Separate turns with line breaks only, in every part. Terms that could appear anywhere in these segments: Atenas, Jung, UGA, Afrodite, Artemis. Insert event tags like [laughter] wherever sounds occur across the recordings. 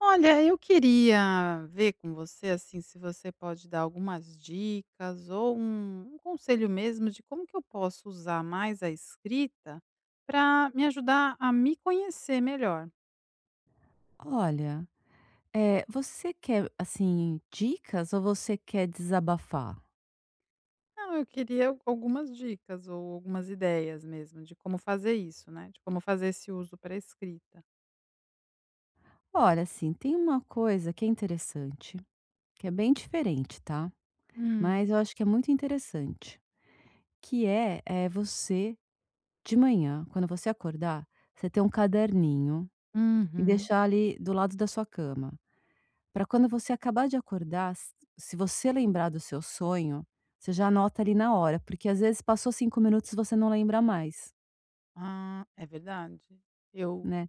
Olha, eu queria ver com você, assim, se você pode dar algumas dicas ou um conselho mesmo de como que eu posso usar mais a escrita para me ajudar a me conhecer melhor.
Olha, você quer, assim, dicas ou você quer desabafar?
Não, eu queria al algumas dicas ou algumas ideias mesmo de como fazer isso, né, de como fazer esse uso pra escrita.
Olha, assim, tem uma coisa que é interessante, que é bem diferente, tá?
Hum.
Mas eu acho que é muito interessante, que é, você de manhã, quando você acordar, você ter um caderninho e
Uhum.
deixar ali do lado da sua cama, para quando você acabar de acordar, s se você lembrar do seu sonho, você já anota ali na hora, porque às vezes passou 5 minutos e você não lembra mais,
Ah, é verdade. Eu
né?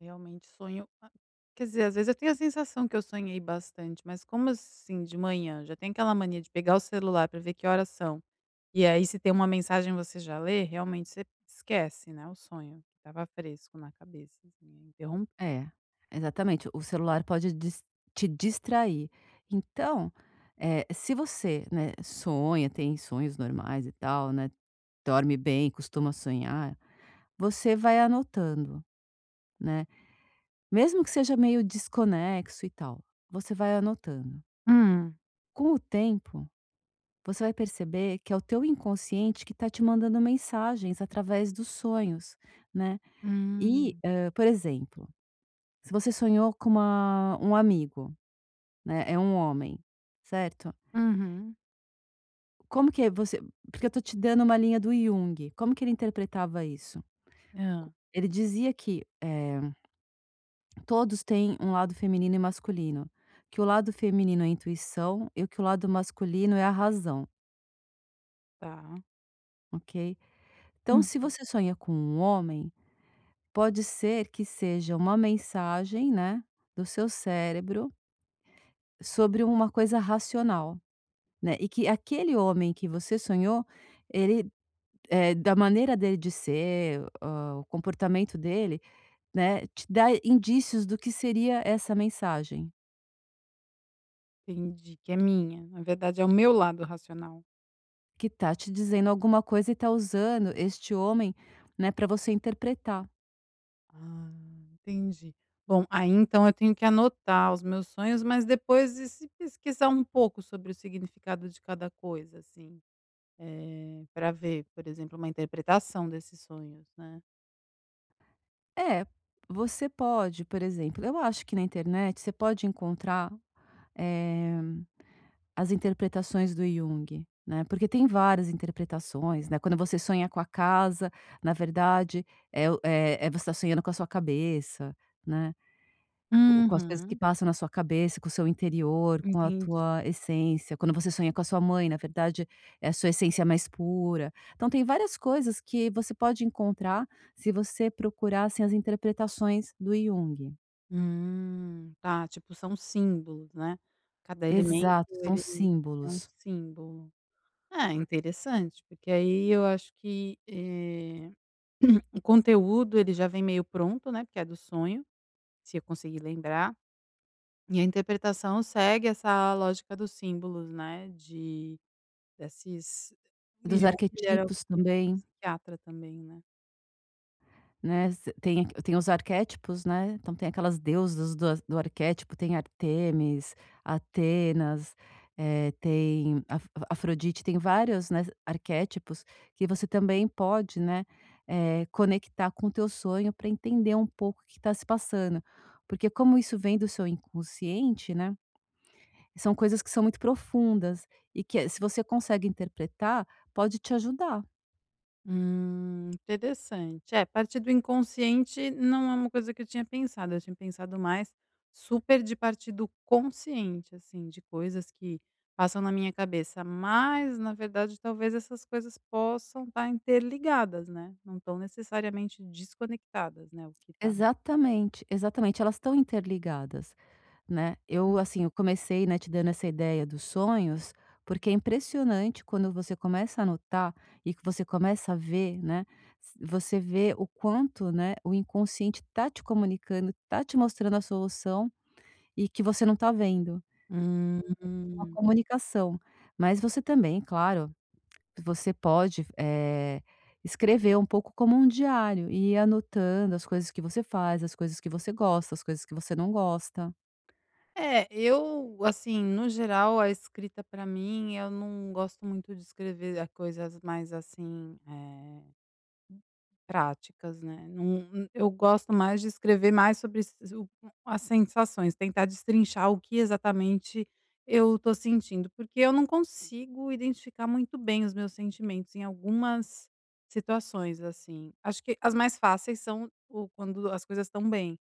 Realmente sonho a quer dizer, às vezes eu tenho a sensação que eu sonhei bastante, mas como assim de manhã, já tem aquela mania de pegar o celular para ver que horas são, e aí se tem uma mensagem você já lê, realmente você esquece, né, o sonho que estava fresco na cabeça, assim, é interrom.
É, exatamente. O celular pode dis te distrair. Então, se você, né, sonha, tem sonhos normais e tal, né, dorme bem, costuma sonhar, você vai anotando, né, mesmo que seja meio desconexo e tal, você vai anotando.
Hum,
Com o tempo, você vai perceber que é o teu inconsciente que está te mandando mensagens através dos sonhos, né. E,
hum,
por exemplo, se você sonhou com uma um amigo. Né, é um homem, certo?
uhum.
Como que você, porque eu tô te dando uma linha do Jung, como que ele interpretava isso? Co
Hã,
Ele dizia que, todos têm um lado feminino e masculino, que o lado feminino é a intuição e que o lado masculino é a razão,
tá.
ok? Então
Hum.
se você sonha com um homem, pode ser que seja uma mensagem, né, do seu cérebro sobre uma coisa racional, né, e que aquele homem que você sonhou, ele da maneira dele de ser, o comportamento dele, né, te dá indícios do que seria essa mensagem,
Entendi, que é minha, na verdade é o meu lado racional.
que tá te dizendo alguma coisa e tá usando este homem, né, para você interpretar.
Ah, entendi. Bom, aí então eu tenho que anotar os meus sonhos, mas depois e se pesquisar um pouco sobre o significado de cada coisa, assim, para ver, por exemplo, uma interpretação desses sonhos, né.
É, você pode, por exemplo, eu acho que na internet você pode encontrar, eh, as interpretações do Jung, né, porque tem várias interpretações, né. Quando você sonha com a casa, na verdade, é o é é você está sonhando com a sua cabeça, né. Co Com as coisas que
Uhum,
passam na sua cabeça, com o seu interior, com a
entendi.
tua essência. Quando você sonha com a sua mãe, na verdade, é a sua essência mais pura. Então tem várias coisas que você pode encontrar se você procurar, assim, as interpretações do Jung.
Tá, tipo, são símbolos, né. Cada elemento,
Exato, são
ele é um
símbolos.
símbolo. É, interessante, porque aí eu acho que, o conteúdo ele já vem meio pronto, né, porque é do sonho, se eu conseguir lembrar. E a interpretação segue essa lógica dos símbolos, né, de desses.
Dos
Jung ele era
arquetipos também.
psiquiatra também, né.
Né, se tem aqu tem os arquétipos, né, então tem aquelas deusas do arquétipo, tem Artemis, Atenas, eh, tem Af Afrodite, tem vários, né, arquétipos que você também pode, né, conectar com o teu sonho para entender um pouco o que está se passando. Porque como isso vem do seu inconsciente, né, são coisas que são muito profundas e que, se você consegue interpretar, pode te ajudar.
Interessante. É, partir do inconsciente não é uma coisa que eu tinha pensado mais super de partir do consciente, assim, de coisas que passam na minha cabeça, mas na verdade talvez essas coisas possam estar interligadas, né, não estão necessariamente desconectadas, né, o que tá.
Exatamente, exatamente, elas estão interligadas, né. Eu, assim, eu comecei, né, te dando essa ideia dos sonhos, porque é impressionante quando você começa a notar e que você começa a ver, né, s você vê o quanto, né, o inconsciente tá te comunicando, tá te mostrando a solução e que você não está vendo. É uma
Hum.
comunicação. Mas você também, claro, você pode, escrever um pouco como um diário e ir anotando as coisas que você faz, as coisas que você gosta, as coisas que você não gosta.
É, eu, assim, no geral, a escrita pra mim, eu não gosto muito de escrever a coisas mais, assim, práticas, né. Não eu gosto mais de escrever mais sobre s o as sensações, tentar destrinchar o que exatamente eu tô sentindo, porque eu não consigo identificar muito bem os meus sentimentos em algumas situações, assim. Acho que as mais fáceis são o quando as coisas estão bem.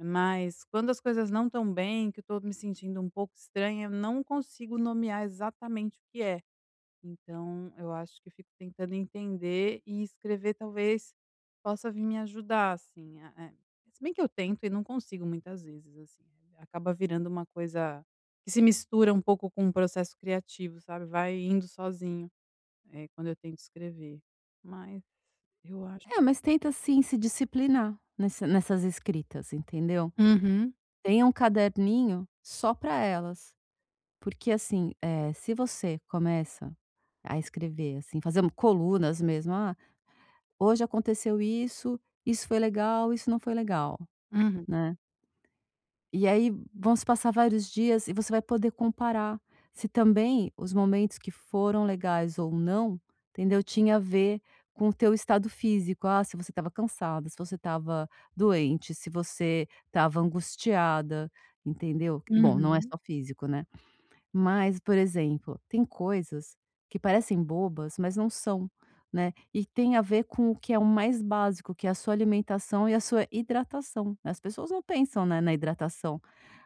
Mas quando as coisas não estão bem, que eu estou me sentindo um pouco estranha, eu não consigo nomear exatamente o que é. Então, eu acho que fico tentando entender e escrever talvez possa vir me ajudar, assim. É. Se bem que eu tento e não consigo muitas vezes, assim. É, acaba virando uma coisa que se mistura um pouco com o processo criativo, sabe? Vai indo sozinho, é, quando eu tento escrever. Mas eu acho.
É, mas tenta sim se disciplinar nessas escritas, entendeu?
Uhum,
Tenha um caderninho só para elas, porque assim, se você começa a escrever, assim, fazer um, colunas mesmo: "Ah, hoje aconteceu isso, isso foi legal, isso não foi legal",
uhum,
né? E aí vão se passar vários dias e você vai poder comparar se também os momentos que foram legais ou não, entendeu, tinha a ver com o teu estado físico. Ah, se você estava cansada, se você estava doente, se você estava angustiada, entendeu. Bom, não é
uhum.
só físico, né. Mas, por exemplo, tem coisas que parecem bobas, mas não são, né, e tem a ver com o que é o mais básico, que é a sua alimentação e a sua hidratação, né? As pessoas não pensam, né, na hidratação.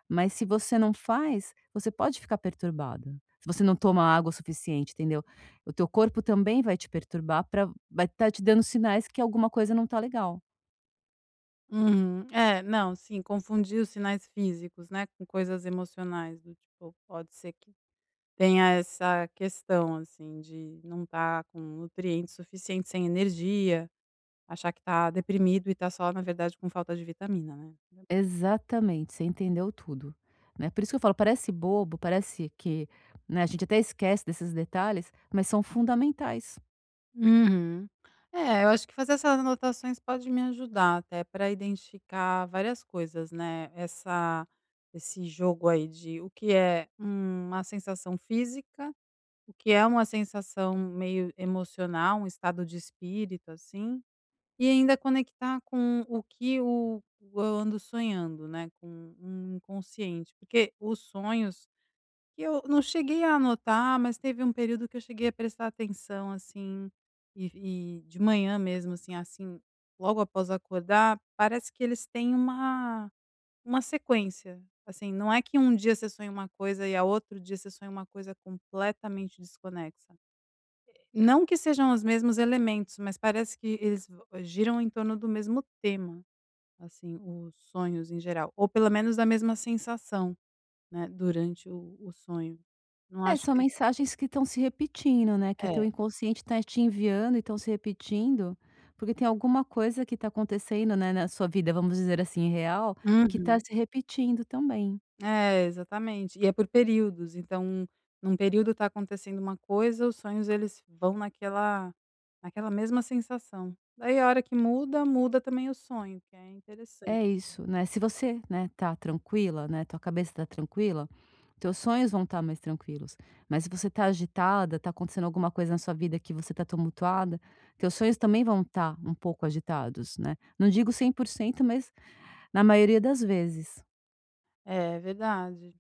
Mas se você não faz, você pode ficar perturbada. Se você não toma água o suficiente, entendeu? O teu corpo também vai te perturbar pra vai estar te dando sinais que alguma coisa não tá legal.
Uhum. É, não, sim, confundir os sinais físicos, né, com coisas emocionais, do tipo, pode ser que tenha essa questão, assim, de não estar com nutrientes suficientes, sem energia, achar que está deprimido e tá só, na verdade, com falta de vitamina, né.
Exatamente, você entendeu tudo, né. Por isso que eu falo, parece bobo, parece que, né, a gente até esquece desses detalhes, mas são fundamentais.
Uhum. É, eu acho que fazer essas anotações pode me ajudar até para identificar várias coisas, né, essa esse jogo aí de o que é uma sensação física. O que é uma sensação meio emocional, um estado de espírito, assim, e ainda conectar com o que o eu ando sonhando, né, com um inconsciente, porque os sonhos que eu não cheguei a anotar, mas teve um período que eu cheguei a prestar atenção, assim, e de manhã mesmo, assim, logo após acordar, parece que eles têm uma sequência, assim, não é que um dia você sonha uma coisa e a outro dia você sonha uma coisa completamente desconexa. Não que sejam os mesmos elementos, mas parece que eles vo giram em torno do mesmo tema, assim, os sonhos em geral, ou pelo menos da mesma sensação, né, durante o sonho. Não
É,
acho
são
que
mensagens que estão se repetindo, né, que teu
é.
inconsciente está te enviando e estão se repetindo, porque tem alguma coisa que está acontecendo, né, na sua vida, vamos dizer assim, real, que está
Uhum.
se repetindo também.
É, exatamente. E é por períodos, então, num período está acontecendo uma coisa, os sonhos eles vão naquela mesma sensação. Daí a hora que muda, muda também o sonho, que é interessante.
É isso, né, se você, né, tá tranquila, né, tua cabeça tá tranquila, teus sonhos vão estar mais tranquilos, mas se você tá agitada, tá acontecendo alguma coisa na sua vida que você tá tumultuada, teus sonhos também vão estar um pouco agitados, né. Não digo 100%, mas na maioria das vezes.
É verdade.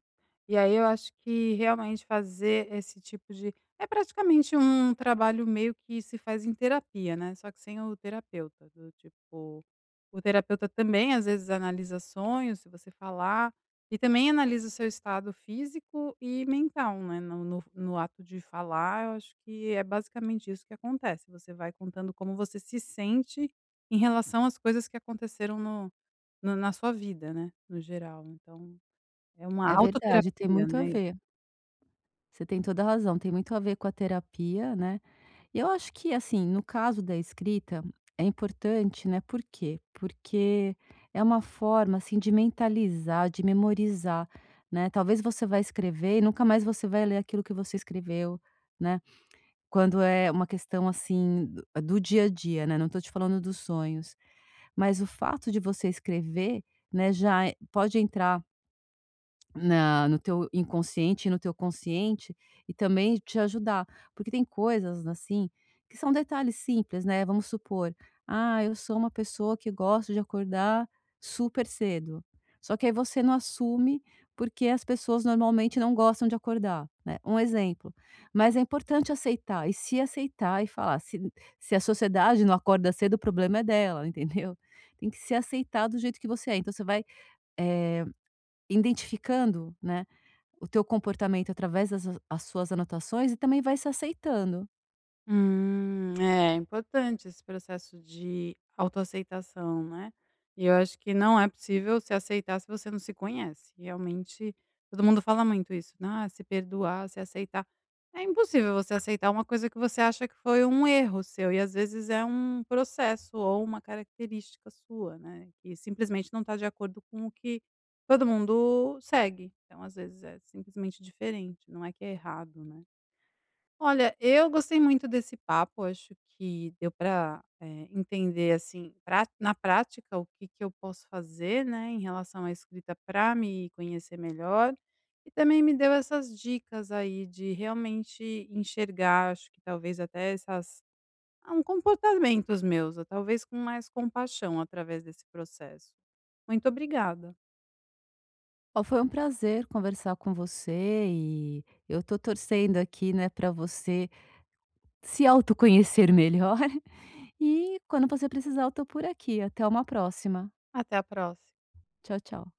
E aí eu acho que realmente fazer esse tipo de é praticamente um trabalho meio que se faz em terapia, né, só que sem o terapeuta, do tipo, o terapeuta também às vezes analisa sonhos, se você falar, e também analisa o seu estado físico e mental, né, no ato de falar, eu acho que é basicamente isso que acontece, você vai contando como você se sente em relação às coisas que aconteceram no no na sua vida, né, no geral, então é uma
É verdade, tem
autoterapia,
muito a
né.
ver. Você tem toda a razão, tem muito a ver com a terapia, né. E eu acho que, assim, no caso da escrita, é importante, né, por quê? Porque é uma forma, assim, de mentalizar, de memorizar, né. Talvez você vai escrever e nunca mais você vai ler aquilo que você escreveu, né, quando é uma questão, assim, do do dia a dia, né, não tô te falando dos sonhos. Mas o fato de você escrever, né, já é pode entrar na no teu inconsciente e no teu consciente, e também te ajudar. Porque tem coisas, assim, que são detalhes simples, né, vamos supor: "Ah, eu sou uma pessoa que gosto de acordar super cedo". Só que aí você não assume, porque as pessoas normalmente não gostam de acordar, né, um exemplo. Mas é importante aceitar, e se aceitar e falar: Se a sociedade não acorda cedo, o problema é dela", [laughs] entendeu? Tem que se aceitar do jeito que você é. Então você vai, eh, identificando, né, o teu comportamento através das as suas anotações e também vai se aceitando.
É importante esse processo de autoaceitação, né. E eu acho que não é possível se aceitar se você não se conhece. Realmente, todo mundo fala muito isso, né, "Ah, se perdoar, se aceitar". É impossível você aceitar uma coisa que você acha que foi um erro seu e às vezes é um processo ou uma característica sua, né, que simplesmente não está de acordo com o que todo mundo segue. Então, às vezes, é simplesmente diferente, não é que é errado, né. Olha, eu gostei muito desse papo, acho que deu para entender, assim, pra na prática o que que eu posso fazer, né, em relação à escrita para me conhecer melhor, e também me deu essas dicas aí de realmente enxergar, acho que talvez até essas comportamentos meus, ou talvez com mais compaixão através desse processo. Muito obrigada.
Ó, foi um prazer conversar com você e eu tô torcendo aqui, né, para você se autoconhecer melhor [laughs] e quando você precisar eu tô por aqui. Até uma próxima.
Até a próxima.
Tchau, tchau.